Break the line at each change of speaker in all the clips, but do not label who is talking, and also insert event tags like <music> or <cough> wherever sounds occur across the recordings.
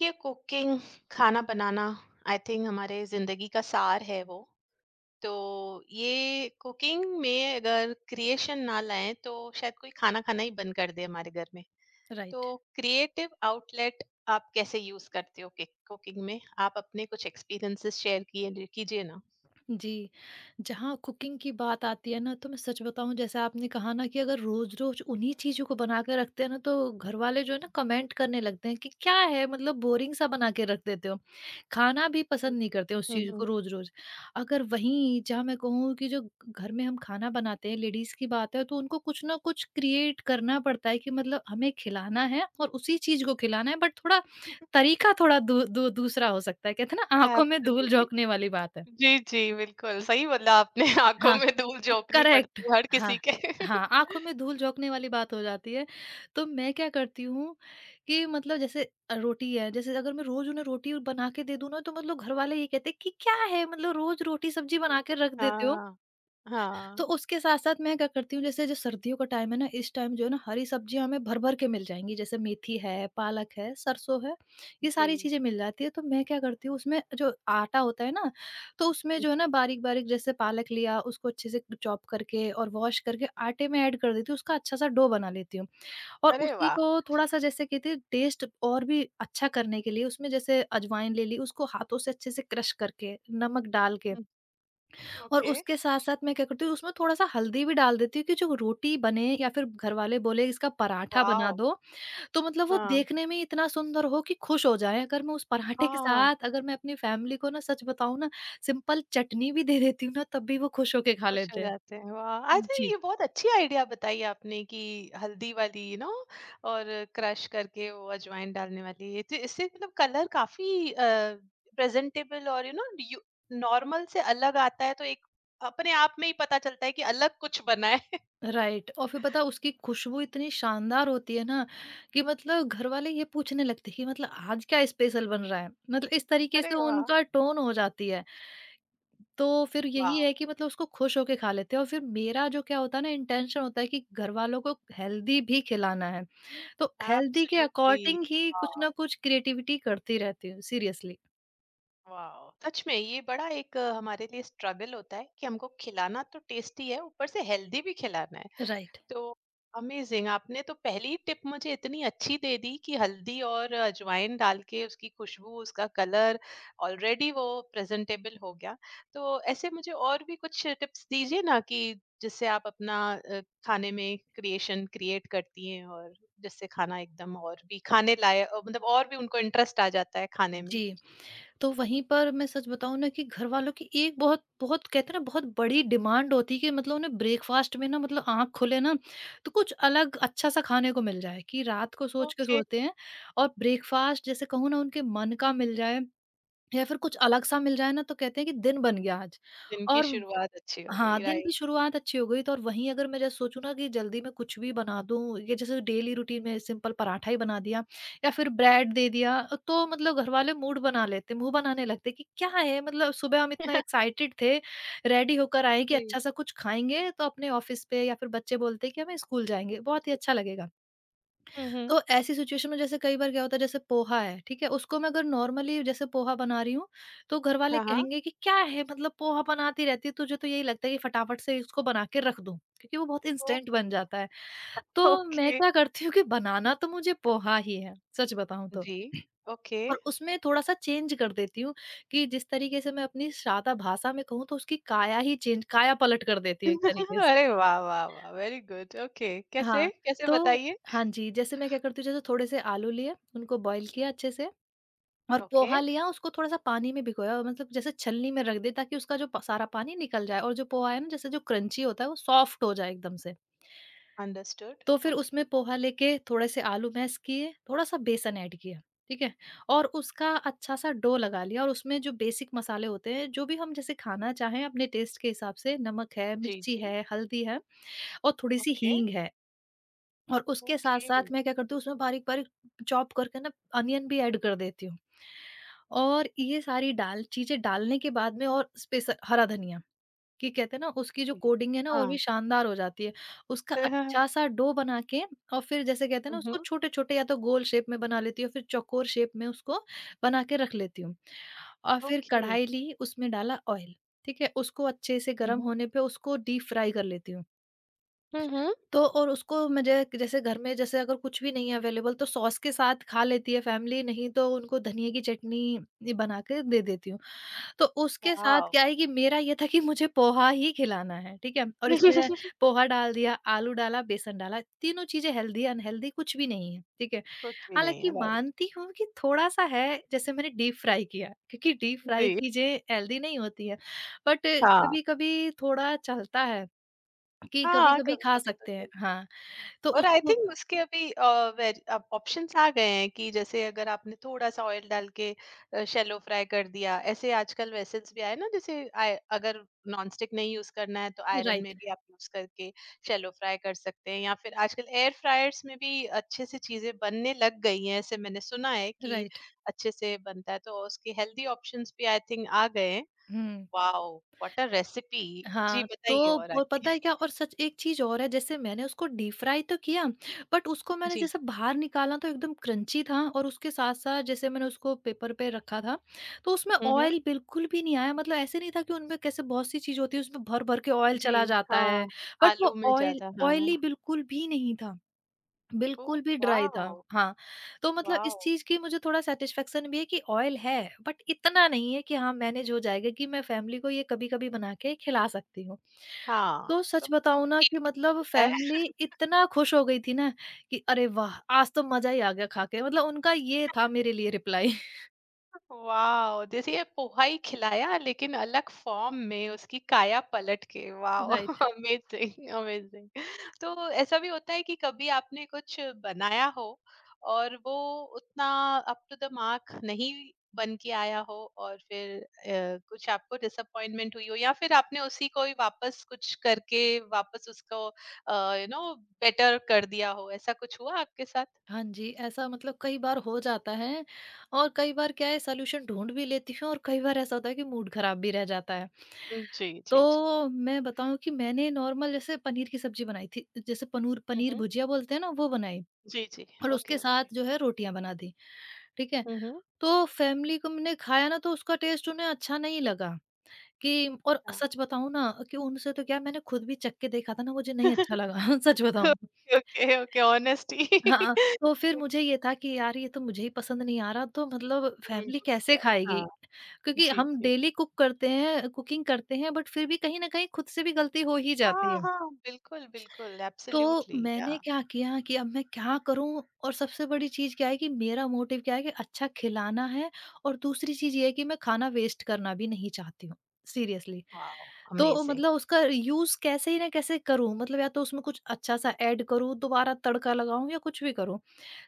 ये कुकिंग, खाना बनाना, I think हमारे जिंदगी का सार है वो। तो ये कुकिंग में अगर क्रिएशन ना लाएं तो शायद कोई खाना खाना ही बंद कर दे हमारे घर में। तो
राइट।
क्रिएटिव आउटलेट आप कैसे यूज करते हो कुकिंग में? आप अपने कुछ एक्सपीरियंसेस शेयर किए कीजिए ना।
जी, जहाँ कुकिंग की बात आती है ना, तो मैं सच बताऊं, जैसे आपने कहा ना कि अगर रोज रोज उन्हीं चीजों को बना के रखते हैं ना, तो घर वाले जो है ना कमेंट करने लगते हैं कि क्या है, मतलब बोरिंग सा बना के रख देते हो। खाना भी पसंद नहीं करते उस चीज
हम्म।
को रोज रोज। अगर वहीं जहाँ मैं कहूँ कि जो घर में हम खाना बनाते हैं, लेडीज की बात है, तो उनको कुछ ना कुछ क्रिएट करना पड़ता है कि मतलब हमें खिलाना है और उसी चीज को खिलाना है, बट थोड़ा तरीका थोड़ा दू, दू, दूसरा हो सकता है। कहते हैं ना, आंखों में धूल झोंकने
एब्सोल्युटली।
वाली बात है।
जी जी, बिल्कुल सही बोला आपने। <laughs> आंखों
हाँ,
में धूल झोंकनी
करेक्ट।
पड़ती है हर
हाँ,
किसी के। <laughs>
हाँ, आँखों में धूल झोंकने वाली बात हो जाती है। तो मैं क्या करती हूँ कि मतलब जैसे रोटी है, जैसे अगर मैं रोज़ उन्हें रोटी बना के दे दूँ ना, तो मतलब घरवाले ये कहते हैं कि, "क्या है? मतलब रोज़ रोटी सब्ज़ी बना के रख देते हो।"
हाँ,
तो
हाँ।
उसके साथ-साथ मैं क्या करती हूँ, जैसे जो सर्दियों का टाइम है ना, इस टाइम जो है ना हरी सब्जियाँ हमें भर-भर के मिल जाएँगी, जैसे मेथी है, पालक है, सरसों है, ये
जी
सारी चीज़ें मिल जाती है। तो मैं क्या करती हूँ, उसमें जो आटा होता है ना, तो उसमें जो है ना
जी।
बारीक-बारीक, जैसे पालक लिया उसको अच्छे से चॉप करके और वॉश करके आटे में ऐड कर देती हूँ, उसका अच्छा-सा डो बना लेती हूँ। और
अरे
उसी
वाह!
को थोड़ा-सा, जैसे कहते हैं टेस्ट और भी अच्छा करने के लिए, उसमें जैसे अजवाइन ले ली, उसको हाथों से अच्छे से क्रश करके, नमक डाल के, और
ओके।
उसके साथ-साथ मैं क्या करती हूँ उसमें थोड़ा-सा हल्दी भी डाल देती हूँ, कि जो रोटी बने या फिर घरवाले बोले इसका पराठा बना
वाओ!
दो, तो मतलब वो
हाँ,
देखने में इतना सुंदर हो कि खुश हो जाएँ। अगर मैं उस पराठे के
हाँ,
साथ, अगर मैं अपनी फैमिली को ना सच बताऊँ ना, सिंपल चटनी भी दे देती हूँ ना, तब भी वो खुश होके खा
खुश हो
लेते हैं।
जाते हैं, वाह! अच्छा,
जी।
ये बहुत अच्छी आइडिया बताई आपने कि हल्दी वाली, और क्रश करके वो अजवाइन डालने वाली, ये तो, इससे मतलब कलर काफ़ी प्रेज़ेंटेबल और यू नो यू नॉर्मल से अलग आता है, तो एक अपने आप में ही पता चलता है कि अलग कुछ बना है। <laughs>
राइट, और फिर पता है उसकी खुशबू इतनी शानदार होती है ना, कि मतलब घरवाले ये पूछने लगते हैं कि मतलब आज क्या स्पेशल बन रहा है? मतलब इस तरीके
अरे
से
वाह!
उनका टोन हो जाती है। तो फिर यही
वाओ!
है कि मतलब उसको खुश होके खा लेते हैं, और फिर मेरा जो क्या होता है ना, इंटेंशन होता है कि घर वालों को हेल्दी भी खिलाना है। तो हेल्दी के
एब्सोल्युटली
अकॉर्डिंग ही
वाह!
कुछ ना कुछ क्रिएटिविटी करती रहती हूँ, सीरियसली।
वाओ! सच में ये बड़ा एक हमारे लिए स्ट्रगल होता है कि हमको खिलाना तो टेस्टी है, ऊपर से हेल्दी भी खिलाना है।
राइट।
तो अमेजिंग, आपने तो पहली टिप मुझे इतनी अच्छी दे दी कि हल्दी और अजवाइन डाल के उसकी खुशबू, उसका कलर, ऑलरेडी वो प्रेजेंटेबल हो गया। तो ऐसे मुझे और भी कुछ टिप्स दीजिए ना कि जिससे आप अपना खाने में क्रिएशन क्रिएट करती हैं और जिससे खाना एकदम और भी खाने लायक, मतलब और भी उनको इंटरेस्ट आ जाता है खाने में।
जी, तो वहीं पर मैं सच बताऊँ ना, कि घर वालों की एक बहुत बहुत कहते हैं ना बहुत बड़ी डिमांड होती है कि मतलब उन्हें ब्रेकफ़ास्ट में ना, मतलब आँख खुले ना, तो कुछ अलग अच्छा-सा खाने को मिल जाए, कि रात को सोच के
ओके।
सोते हैं और ब्रेकफ़ास्ट जैसे कहूँ ना उनके मन का मिल जाए, या फिर कुछ अलग-सा मिल रहा है ना, तो कहते हैं कि दिन बन गया आज।
दिन की
और
शुरुआत अच्छी हो
हाँ,
गई,
दिन की
राइट।
शुरुआत अच्छी हो गई, तो और वहीं अगर मैं जैसे सोचूँ ना कि जल्दी मैं कुछ भी बना दूँ, ये जैसे डेली रूटीन में सिंपल पराठा ही बना दिया या फिर ब्रेड दे दिया, तो मतलब घर वाले मूड बना लेते, मुँह बनाने लगते कि क्या है, मतलब सुबह हम इतना
<laughs>
एक्साइटेड थे, रेडी होकर आए कि
जी।
अच्छा-सा कुछ खाएँगे, तो अपने ऑफ़िस पे या फिर बच्चे बोलते हैं कि हमें स्कूल जाएँगे, बहुत ही
जी।
अच्छा लगेगा।
हम्म।
तो ऐसी सिचुएशन में जैसे कई बार क्या होता है, जैसे पोहा है, ठीक है? उसको मैं अगर नॉर्मली जैसे पोहा बना रही हूँ, तो घरवाले
हाँ हाँ।
कहेंगे कि क्या है, मतलब पोहा बनाती रहती है, तुझे तो यही लगता है कि फटाफट से इसको बना के रख दूँ, क्योंकि वो बहुत
ओ-
इंस्टेंट बन जाता है। तो मैं
ओके।
क्या करती हूँ कि बनाना तो मुझे पोहा ही है, सच बताऊँ तो।
जी। ओके।
और उसमें थोड़ा-सा चेंज कर देती हूँ, कि जिस तरीके से मैं अपनी सादा भाषा में कहूँ, तो उसकी काया ही चेंज काया पलट कर देती हूँ एक तरीके
<laughs>
से।
अरे वाह! वाह! वाह! वेरी गुड, ओके, कैसे?
हाँ,
कैसे
तो
बताइए?
हाँ जी, जैसे मैं क्या करती हूँ, जैसे थोड़े से आलू लिए, उनको बॉयल किया अच्छे से, और
ओके,
पोहा लिया, उसको थोड़ा-सा पानी में भिगोया, मतलब जैसे छलनी में रख दें ताकि उसका जो प सारा पानी निकल जाए और जो पोहा है ना, जैसे जो क्रंची होता है वो सॉफ्ट हो जाए एकदम से।
अंडरस्टूड।
तो फिर
ओके।
उसमें पोहा लेके थोड़े से आलू मैश किए, थोड़ा-सा बेसन ऐड किया, ठीक है? और उसका अच्छा-सा डो लगा लिया, और उसमें जो बेसिक मसाले होते हैं, जो भी हम जैसे खाना चाहें अपने टेस्ट के हिसाब से, नमक है,
जी,
मिर्ची
जी।
है, हल्दी है, और थोड़ी-सी
ओके,
हींग है। और उसके
ओके,
साथ-साथ मैं क्या करती हूँ, उसमें बारीक-बारीक चॉप करके ना, अनियन भी ऐड कर देती हूँ। और ये सारी डाल चीज़ें डालने के बाद में, और स्पेशल हरा धनिया, कि कहते हैं ना उसकी जो
ओके।
कोटिंग है ना, और
हाँ।
भी शानदार हो जाती है। उसका
<laughs>
अच्छा-सा डो बना के, और फिर जैसे कहते हैं ना,
हुँ,
उसको छोटे-छोटे या तो गोल शेप में बना लेती हूँ, फिर चौकोर शेप में उसको बना के रख लेती हूँ। और फिर
ओके।
कढ़ाई ली, उसमें डाला ऑयल, ठीक है? उसको अच्छे से
हुँ,
गरम
हुँ।
होने पे उसको डीप फ्राई कर लेती हूँ।
हुँ, हुँ।
तो और उसको मुझे जैसे घर में, जैसे अगर कुछ भी नहीं है अवेलेबल, तो सॉस के साथ खा लेती है फैमिली, नहीं तो उनको धनिये की चटनी ये बना के दे देती हूँ। तो उसके साथ
वॉव!
क्या है कि मेरा ये था कि मुझे पोहा ही खिलाना है, ठीक है? और इसमें
<laughs>
पोहा डाल दिया, आलू डाला, बेसन डाला, तीनों चीज़ें हेल्दी, अनहेल्दी कुछ भी नहीं है, ठीक है?
कुछ भी नहीं
हालाँकि
है, राइट।
मानती हूँ कि थोड़ा-सा है, जैसे मैंने डीप फ्राई किया, क्योंकि डीप फ्राई
जी।
चीज़ें हेल्दी नहीं होती हैं, बट
हाँ,
कभी-कभी थोड़ा चलता है कि
हाँ,
कभी-कभी खा
कभी-कभी तो
सकते हैं।
चलता है।
हाँ। तो
और आई
उसको
थिंक उसके अभी ऑप्शंस आ गए हैं कि जैसे अगर आपने थोड़ा सा ऑयल डाल के शैलो फ्राई कर दिया। ऐसे आजकल वेसल्स भी आए ना, जैसे अगर नॉन स्टिक नहीं यूज करना है तो आयरन में
राइट,
भी आप यूज करके शैलो फ्राई कर सकते हैं, या फिर आजकल एयर फ्रायर्स में भी अच्छे से चीजें बनने लग गई हैं। ऐसे मैंने सुना है कि
राइट।
अच्छे से बनता है, तो उसके हेल्दी ऑप्शंस भी आई थिंक आ गए हैं।
हुँ।
Wow, what a recipe. जी
हाँ, तो
बताइए और
वो
आगे।
पता है क्या,
<laughs>
और सच एक चीज़ और है, जैसे मैंने उसको डीप फ्राई तो किया, बट उसको मैंने
जी।
जैसे बाहर निकाला, तो एकदम क्रंची था, और उसके साथ-साथ जैसे मैंने उसको पेपर पे रखा था, तो उसमें ऑयल बिल्कुल भी नहीं आया, मतलब ऐसे नहीं था कि उनमें कैसे बहुत सी चीज़ होती है उसमें भर-भर के ऑयल
जी,
चला जाता है,
हाँ,
बट
आलू
वो
में
ऑयल
ज़्यादा,
ऑयली
हाँ।
बिल्कुल भी नहीं था।
ओह
बिल्कुल भी ड्राई था।
वाओ!
हाँ, तो मतलब
वाओ!
इस चीज़ की मुझे थोड़ा सैटिस्फैक्शन भी है कि ऑयल है, बट इतना नहीं है कि, हाँ, मैनेज हो जाएगा कि मैं फैमिली को ये कभी-कभी बना के खिला सकती हूँ।
हाँ।
तो सच
कभी।
बताऊँ ना कि मतलब फैमिली इतना खुश हो गई थी ना, कि अरे वाह! आज तो मज़ा ही आ गया खा के, मतलब उनका ये था मेरे लिए रिप्लाई। <laughs>
वाओ! जैसे पोहा ही खिलाया लेकिन अलग फ़ॉर्म में, उसकी काया पलट के, वाओ!
राइट।
Amazing, amazing. <laughs> तो ऐसा भी होता है कि कभी आपने कुछ बनाया हो और वो उतना अप टू द मार्क नहीं बन के आया हो, और फिर कुछ आपको डिसअपॉइंटमेंट हुई हो, या फिर आपने उसी को ही वापस कुछ करके वापस उसको अ, यू नो बेटर कर दिया हो, ऐसा कुछ हुआ आपके साथ?
हाँ जी, ऐसा मतलब कई बार हो जाता है, और कई बार क्या है, सॉल्यूशन ढूँढ भी लेती हूँ, और कई बार ऐसा होता है कि मूड खराब भी रह जाता है।
जी, जी, जी।
तो मैं बताऊँ कि मैंने नॉर्मल जैसे पनीर की सब्ज़ी बनाई थी, जैसे पनूर
हुँ,
पनीर
हुँ।
भुजिया बोलते हैं ना, वो बनाई,
जी, जी।
और
ओके,
उसके साथ
ओके।
जो है रोटियाँ बना दीं, ठीक है?
हुँ, हुँ।
तो फैमिली को मैंने खाया ना, तो उसका टेस्ट उन्हें अच्छा नहीं लगा, कि और
अच्छा।
सच बताऊँ ना, कि उनसे तो क्या, मैंने खुद भी चख के देखा था ना, मुझे नहीं अच्छा लगा, <laughs> सच
<laughs>
बताऊँ।
Okay, okay, okay, honesty.
हाँ,
<laughs>
तो फिर मुझे ये था कि यार ये तो मुझे ही पसंद नहीं आ रहा, तो मतलब फैमिली
उनको कैसे
कैसे
आएगा?
खाएगी?
हाँ,
क्योंकि
जी,
हम
जी।
डेली कुक करते हैं, कुकिंग करते हैं, बट फिर भी कहीं न कहीं खुद से भी गलती हो ही जाती
हाँ,
है।
हाँ, बिल्कुल, बिल्कुल
तो
एब्सोल्युटली। या
मैंने क्या किया कि अब मैं क्या करूँ, और सबसे बड़ी चीज़ क्या है कि मेरा मोटिव क्या है कि अच्छा खिलाना है, और दूसरी चीज़ ये है कि मैं खाना वेस्ट करना भी नहीं चाहती हूँ, सीरियसली।
वाओ!
तो
अमेजिंग।
मतलब उसका यूज़ कैसे ही ना कैसे करूँ, मतलब या तो उसमें कुछ अच्छा-सा ऐड करूँ, दोबारा तड़का लगाऊँ, या कुछ भी करूँ।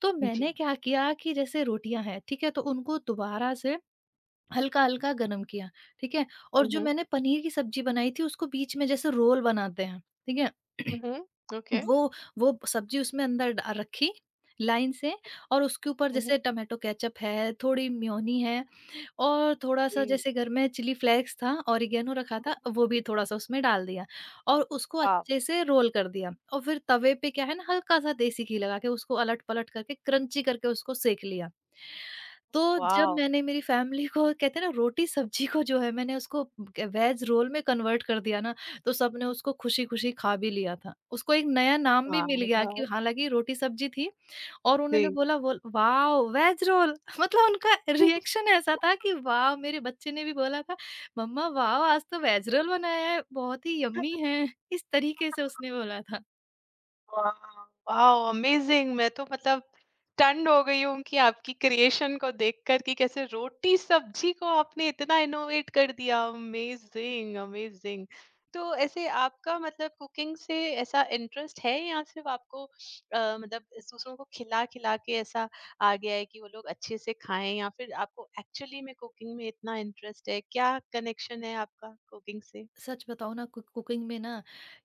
तो मैंने
जी।
क्या किया कि जैसे रोटियाँ हैं, ठीक है? तो उनको दोबारा से हल्का-हल्का गरम किया, ठीक है? और
हुँ,
जो
हुँ।
मैंने पनीर की सब्ज़ी बनाई थी, उसको बीच में जैसे रोल बनाते हैं, ठीक है?
हुँ,
<clears throat>
हुँ, ओके।
वो वो सब्ज़ी उसमें अंदर डा रखी लाइन से। और उसके ऊपर
हुँ, हुँ,
जैसे टोमेटो केचअप है, थोड़ी मेयोनी है, और थोड़ा-सा
ओके।
जैसे घर में चिली फ्लेक्स था, ऑरिगेनो रखा था, वो भी थोड़ा-सा उसमें डाल दिया, और उसको
वाओ!
अच्छे से रोल कर दिया, और फिर तवे पे क्या है ना हल्का-सा देसी घी लगा के उसको अलट-पलट करके क्रंची करके उसको सेंक लिया। तो जब
वाओ!
मैंने मेरी फैमिली को कहते हैं ना रोटी सब्जी को जो है मैंने उसको वेज रोल में कन्वर्ट कर दिया ना, तो सबने उसको खुशी खुशी खा भी लिया था, उसको एक नया नाम भी मिल
माय
गया कि
गॉड!
हालांकि रोटी सब्जी थी और उन्होंने
जी।
बोला वो वाह वेज रोल। <laughs> मतलब उनका रिएक्शन ऐसा था कि वाह, मेरे बच्चे ने भी बोला था मम्मा वाह आज तो वेज रोल बनाया है बहुत ही यम्मी है, इस तरीके से
<laughs>
उसने बोला था।
वाव! वाव! अमेज़िंग, मैं तो मतलब स्टन्ड हो गई हूँ कि आपकी क्रिएशन को देखकर, कि कैसे रोटी-सब्जी को आपने इतना इनोवेट कर दिया। Amazing, amazing. तो ऐसे आपका मतलब कुकिंग से ऐसा इंटरेस्ट है, या सिर्फ़ आपको मतलब दूसरों को खिला-खिला के ऐसा आ गया है कि वो लोग अच्छे से खाएँ, या फिर आपको एक्चुअली में कुकिंग में इतना इंटरेस्ट है? क्या कनेक्शन है आपका कुकिंग से?
सच बताऊँ ना कु कुकिंग में ना,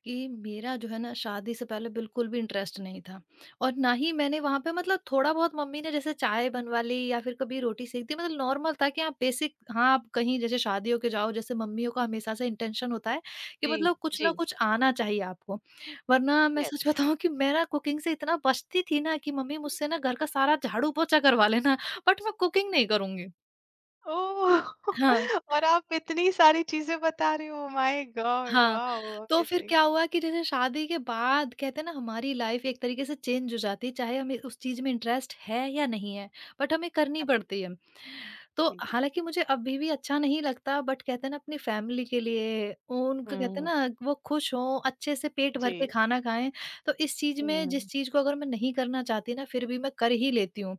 कि मेरा जो है ना शादी से पहले बिल्कुल भी इंटरेस्ट नहीं था और ना ही मैंने वहाँ पे मतलब थोड़ा बहुत मम्मी ने जैसे चाय बनवा ली या फिर कभी रोटी सेक दी, मतलब नॉर्मल था कि आप बेसिक, हाँ, आप कहीं जैसे शादियों के जाओ जैसे मम्मियों का हमेशा से इंटेंशन होता है कि
जी,
मतलब कुछ
जी।
ना कुछ आना चाहिए आपको। वरना मैं सच
यस।
बताऊँ कि मैं ना कुकिंग से इतना बचती थी ना कि मम्मी मुझसे ना घर का सारा झाड़ू-पोछा करवा लेना बट मैं कुकिंग नहीं करूँगी।
ओह!
हाँ।
<laughs> और आप इतनी सारी चीज़ें बता रहे हो, माय गॉड!
हाँ,
वाओ!
तो फिर
अमेज़िंग।
क्या हुआ कि जैसे शादी के बाद कहते हैं ना हमारी लाइफ एक तरीके से चेंज हो जाती है, चाहे हमें उस चीज़ में इंटरेस्ट है या नहीं है, बट हमें करनी पड़ती है। तो
एब्सोल्युटली।
हालाँकि मुझे अभी भी अच्छा नहीं लगता बट कहते हैं ना अपनी फैमिली के लिए, उनको कहते हैं
हुँ।
ना वो खुश हों, अच्छे से पेट
जी।
भर के खाना खाएँ, तो इस चीज़ में
हुँ,
जिस चीज़ को अगर मैं नहीं करना चाहती ना फिर भी मैं कर ही लेती हूँ।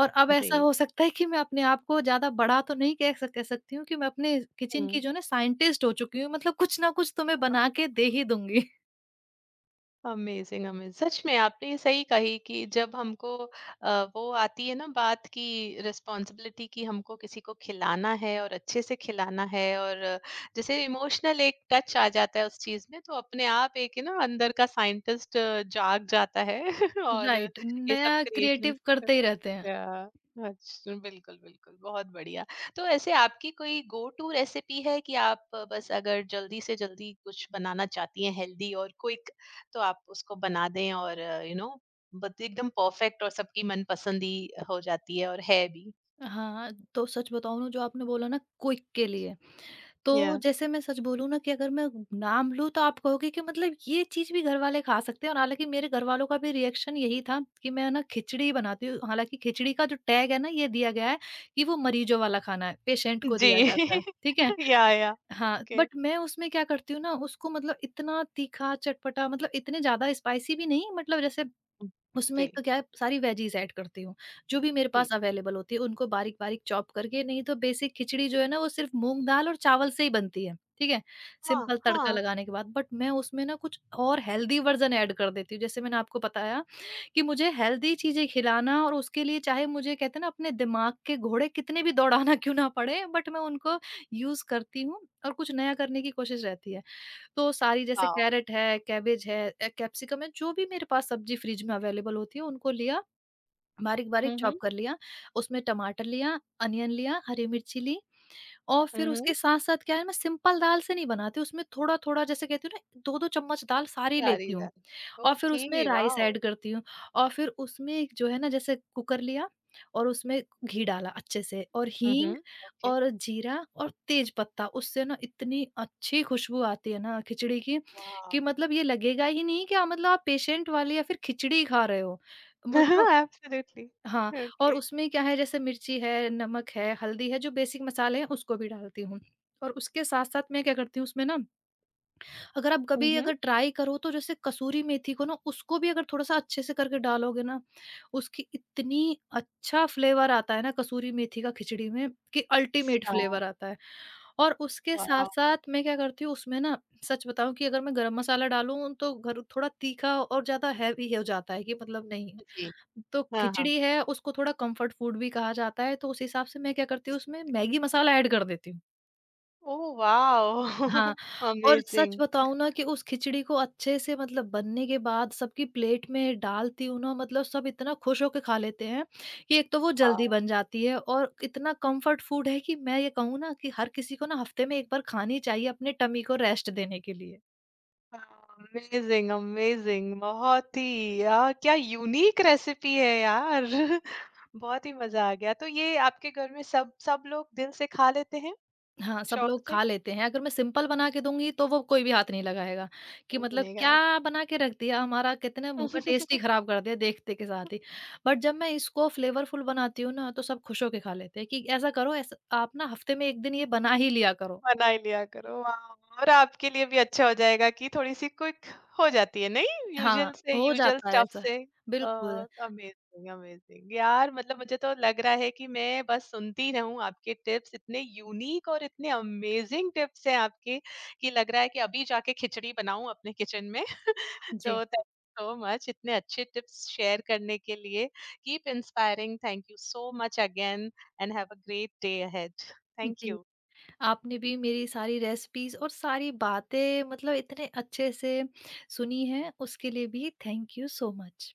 और अब ऐसा
जी।
हो सकता है कि मैं अपने आप को ज़्यादा बड़ा तो नहीं कह सकती हूँ कि मैं अपने किचन की
हुँ।
जो है ना साइंटिस्ट हो चुकी हूँ, मतलब कुछ ना कुछ तो मैं बना के दे ही दूँगी।
Amazing, amazing. सच में आपने ये सही कही कि जब हमको वो आती है ना बात, कि रिस्पॉन्सिबिलिटी, कि हमको किसी को खिलाना है और अच्छे से खिलाना है, और जैसे इमोशनल एक टच आ जाता है उस चीज़ में, तो अपने आप एक है ना अंदर का साइंटिस्ट जाग जाता है। <laughs>
<laughs>
और
राइट,
ये सब
नया
क्रिएशंस।
क्रिएटिव करते ही रहते हैं।
या, अच्छा, बिल्कुल, बिल्कुल, बहुत बढ़िया। तो ऐसे आपकी कोई गो टू रेसिपी है कि आप बस अगर जल्दी से जल्दी कुछ बनाना चाहती हैं हेल्दी और क्विक, तो आप उसको बना दें, और बत एकदम परफेक्ट और सबकी मनपसंद ही हो जाती है, और है भी?
हाँ, तो सच बताऊँ ना जो आपने बोला ना क्विक के लिए, तो
या।
जैसे मैं सच बोलूँ ना कि अगर मैं नाम लूँ तो आप कहोगे कि मतलब ये चीज़ भी घरवाले खा सकते हैं, और हालाँकि मेरे घरवालों का भी रिएक्शन यही था कि मैं ना खिचड़ी बनाती हूँ, हालाँकि खिचड़ी का जो टैग है ना ये दिया गया है कि वो मरीजों वाला खाना है, पेशेंट को
जी।
दिया जाता है, ठीक है?
<laughs> या, या।
हाँ,
ओके।
बट मैं उसमें क्या करती हूँ ना, उसको मतलब इतना तीखा, चटपटा, मतलब इतने ज़्यादा स्पाइसी भी नहीं, मतलब जैसे
हुँ,
उसमें
जी,
एक तो क्या है सारी वेजीज़ ऐड करती हूँ, जो भी मेरे
जी।
पास अवेलेबल होती है उनको बारीक-बारीक चॉप करके, नहीं तो बेसिक खिचड़ी जो है ना वो सिर्फ़ मूँग दाल और चावल से ही बनती है, ठीक है?
हाँ,
सिंपल तड़का
हाँ।
लगाने के बाद, बट मैं उसमें ना कुछ और हेल्दी वर्ज़न ऐड कर देती हूँ। जैसे मैंने आपको बताया कि मुझे हेल्दी चीज़ें खिलाना और उसके लिए चाहे मुझे कहते हैं ना अपने दिमाग के घोड़े कितने भी दौड़ाना <laughs> क्यों ना पड़े, बट मैं उनको यूज़ करती हूँ और कुछ नया करने की कोशिश रहती है। तो सारी जैसे
वाओ!
कैरेट है, कैबेज है, कैप्सिकम है, जो भी मेरे पास सब्ज़ी फ्रिज में अवेलेबल होती है उनको लिया, बारीक-बारीक
हुँ, हुँ।
चॉप कर लिया, उसमें टमाटर लिया, अनियन लिया, हरी मिर्ची ली, और फिर
हुँ, हुँ।
उसके साथ-साथ क्या है मैं सिंपल दाल से नहीं बनाती, उसमें थोड़ा-थोड़ा जैसे कहती हूँ ना 2-2 चम्मच दाल सारी
सारी
लेती हूँ।
दाल।
और फिर उसमें
ओके,
राइस
वाओ!
ऐड करती हूँ, और फिर उसमें जो है ना जैसे कुकर लिया और उसमें घी डाला अच्छे से और
हुँ, हुँ।
हींग
ओके।
और जीरा और तेज पत्ता, उससे ना इतनी अच्छी खुशबू आती है ना खिचड़ी की
वाओ!
कि मतलब ये लगेगा ही नहीं कि आप मतलब आप पेशेंट वाले या फिर खिचड़ी खा रहे हो, मतलब
<laughs> एब्सोल्युटली।
हाँ। और
ओके।
उसमें क्या है जैसे मिर्ची है, नमक है, हल्दी है, जो बेसिक मसाले हैं उसको भी डालती हूँ। और उसके साथ साथ मैं क्या करती हूँ उसमें ना, अगर आप
हुँ,
कभी
हुँ।
अगर ट्राई करो तो जैसे कसूरी मेथी को ना उसको भी अगर थोड़ा-सा अच्छे से करके डालोगे ना, उसकी इतनी अच्छा फ्लेवर आता है ना कसूरी मेथी का खिचड़ी में कि अल्टीमेट
अच्छा।
फ्लेवर आता है। और उसके
वाओ!
साथ-साथ मैं क्या करती हूँ उसमें ना, सच बताऊँ कि अगर मैं गरम मसाला डालूँ तो घर थोड़ा तीखा और ज़्यादा हेवी हो जाता है कि मतलब नहीं,
जी।
तो
हाँ, हाँ।
खिचड़ी है उसको थोड़ा कम्फर्ट फूड भी कहा जाता है तो उस हिसाब से मैं क्या करती हूँ उसमें मैगी मसाला ऐड कर देती हूँ।
Oh wow!
हाँ। और सच
अमेज़िंग।
बताऊँ ना कि उस खिचड़ी को अच्छे से मतलब बनने के बाद सबकी प्लेट में डालती हूँ ना, मतलब सब इतना खुश होके खा लेते हैं कि एक तो वो
वाओ!
जल्दी बन जाती है और इतना कम्फर्ट फूड है कि मैं ये कहूँ ना कि हर किसी को ना हफ्ते में एक बार खानी चाहिए अपने टमी को रेस्ट देने के लिए।
Amazing, amazing. <laughs> बहुत ही क्या यूनिक रेसिपी है यार। <laughs> बहुत ही मज़ा आ गया। तो ये आपके घर में सब सब लोग दिल से खा लेते हैं?
हाँ, सब
शौक
लोग
से?
खा लेते हैं। अगर मैं सिंपल बना के दूँगी तो वो कोई भी हाथ नहीं लगाएगा कि
वही
मतलब
बनेगा।
क्या बना के रख दिया, हमारा कितने मुँह का टेस्ट ही
<laughs>
ख़राब कर दिया देखते के साथ ही। बट जब मैं इसको फ्लेवरफुल बनाती हूँ ना तो सब खुश होके खा लेते हैं कि ऐसा करो, ऐसा आप ना हफ़्ते में 1 दिन ये बना ही लिया करो।
बना ही लिया करो, वाह! और आपके लिए भी अच्छा हो जाएगा कि थोड़ी-सी क्विक हो जाती है, नहीं?
हाँ,
यूजुअल से
हो
यूजुअल
जाता है
स्टफ
ऐसा।
से। अ,
बिल्कुल,
अमेज़िंग, अमेज़िंग। यार मतलब मुझे तो लग रहा है कि मैं बस सुनती रहूँ आपके टिप्स, इतने यूनिक और इतने अमेज़िंग टिप्स हैं आपके कि लग रहा है कि अभी जाके खिचड़ी बनाऊँ अपने किचन में। <laughs>
जी।
तो थैंक यू सो मच इतने अच्छे टिप्स शेयर करने के लिए। Keep inspiring, thank you so much again and have a great day ahead. Thank
जी,
यू।
आपने भी मेरी सारी रेसिपीज़ और सारी बातें मतलब इतने अच्छे से सुनी हैं उसके लिए भी थैंक यू सो मच।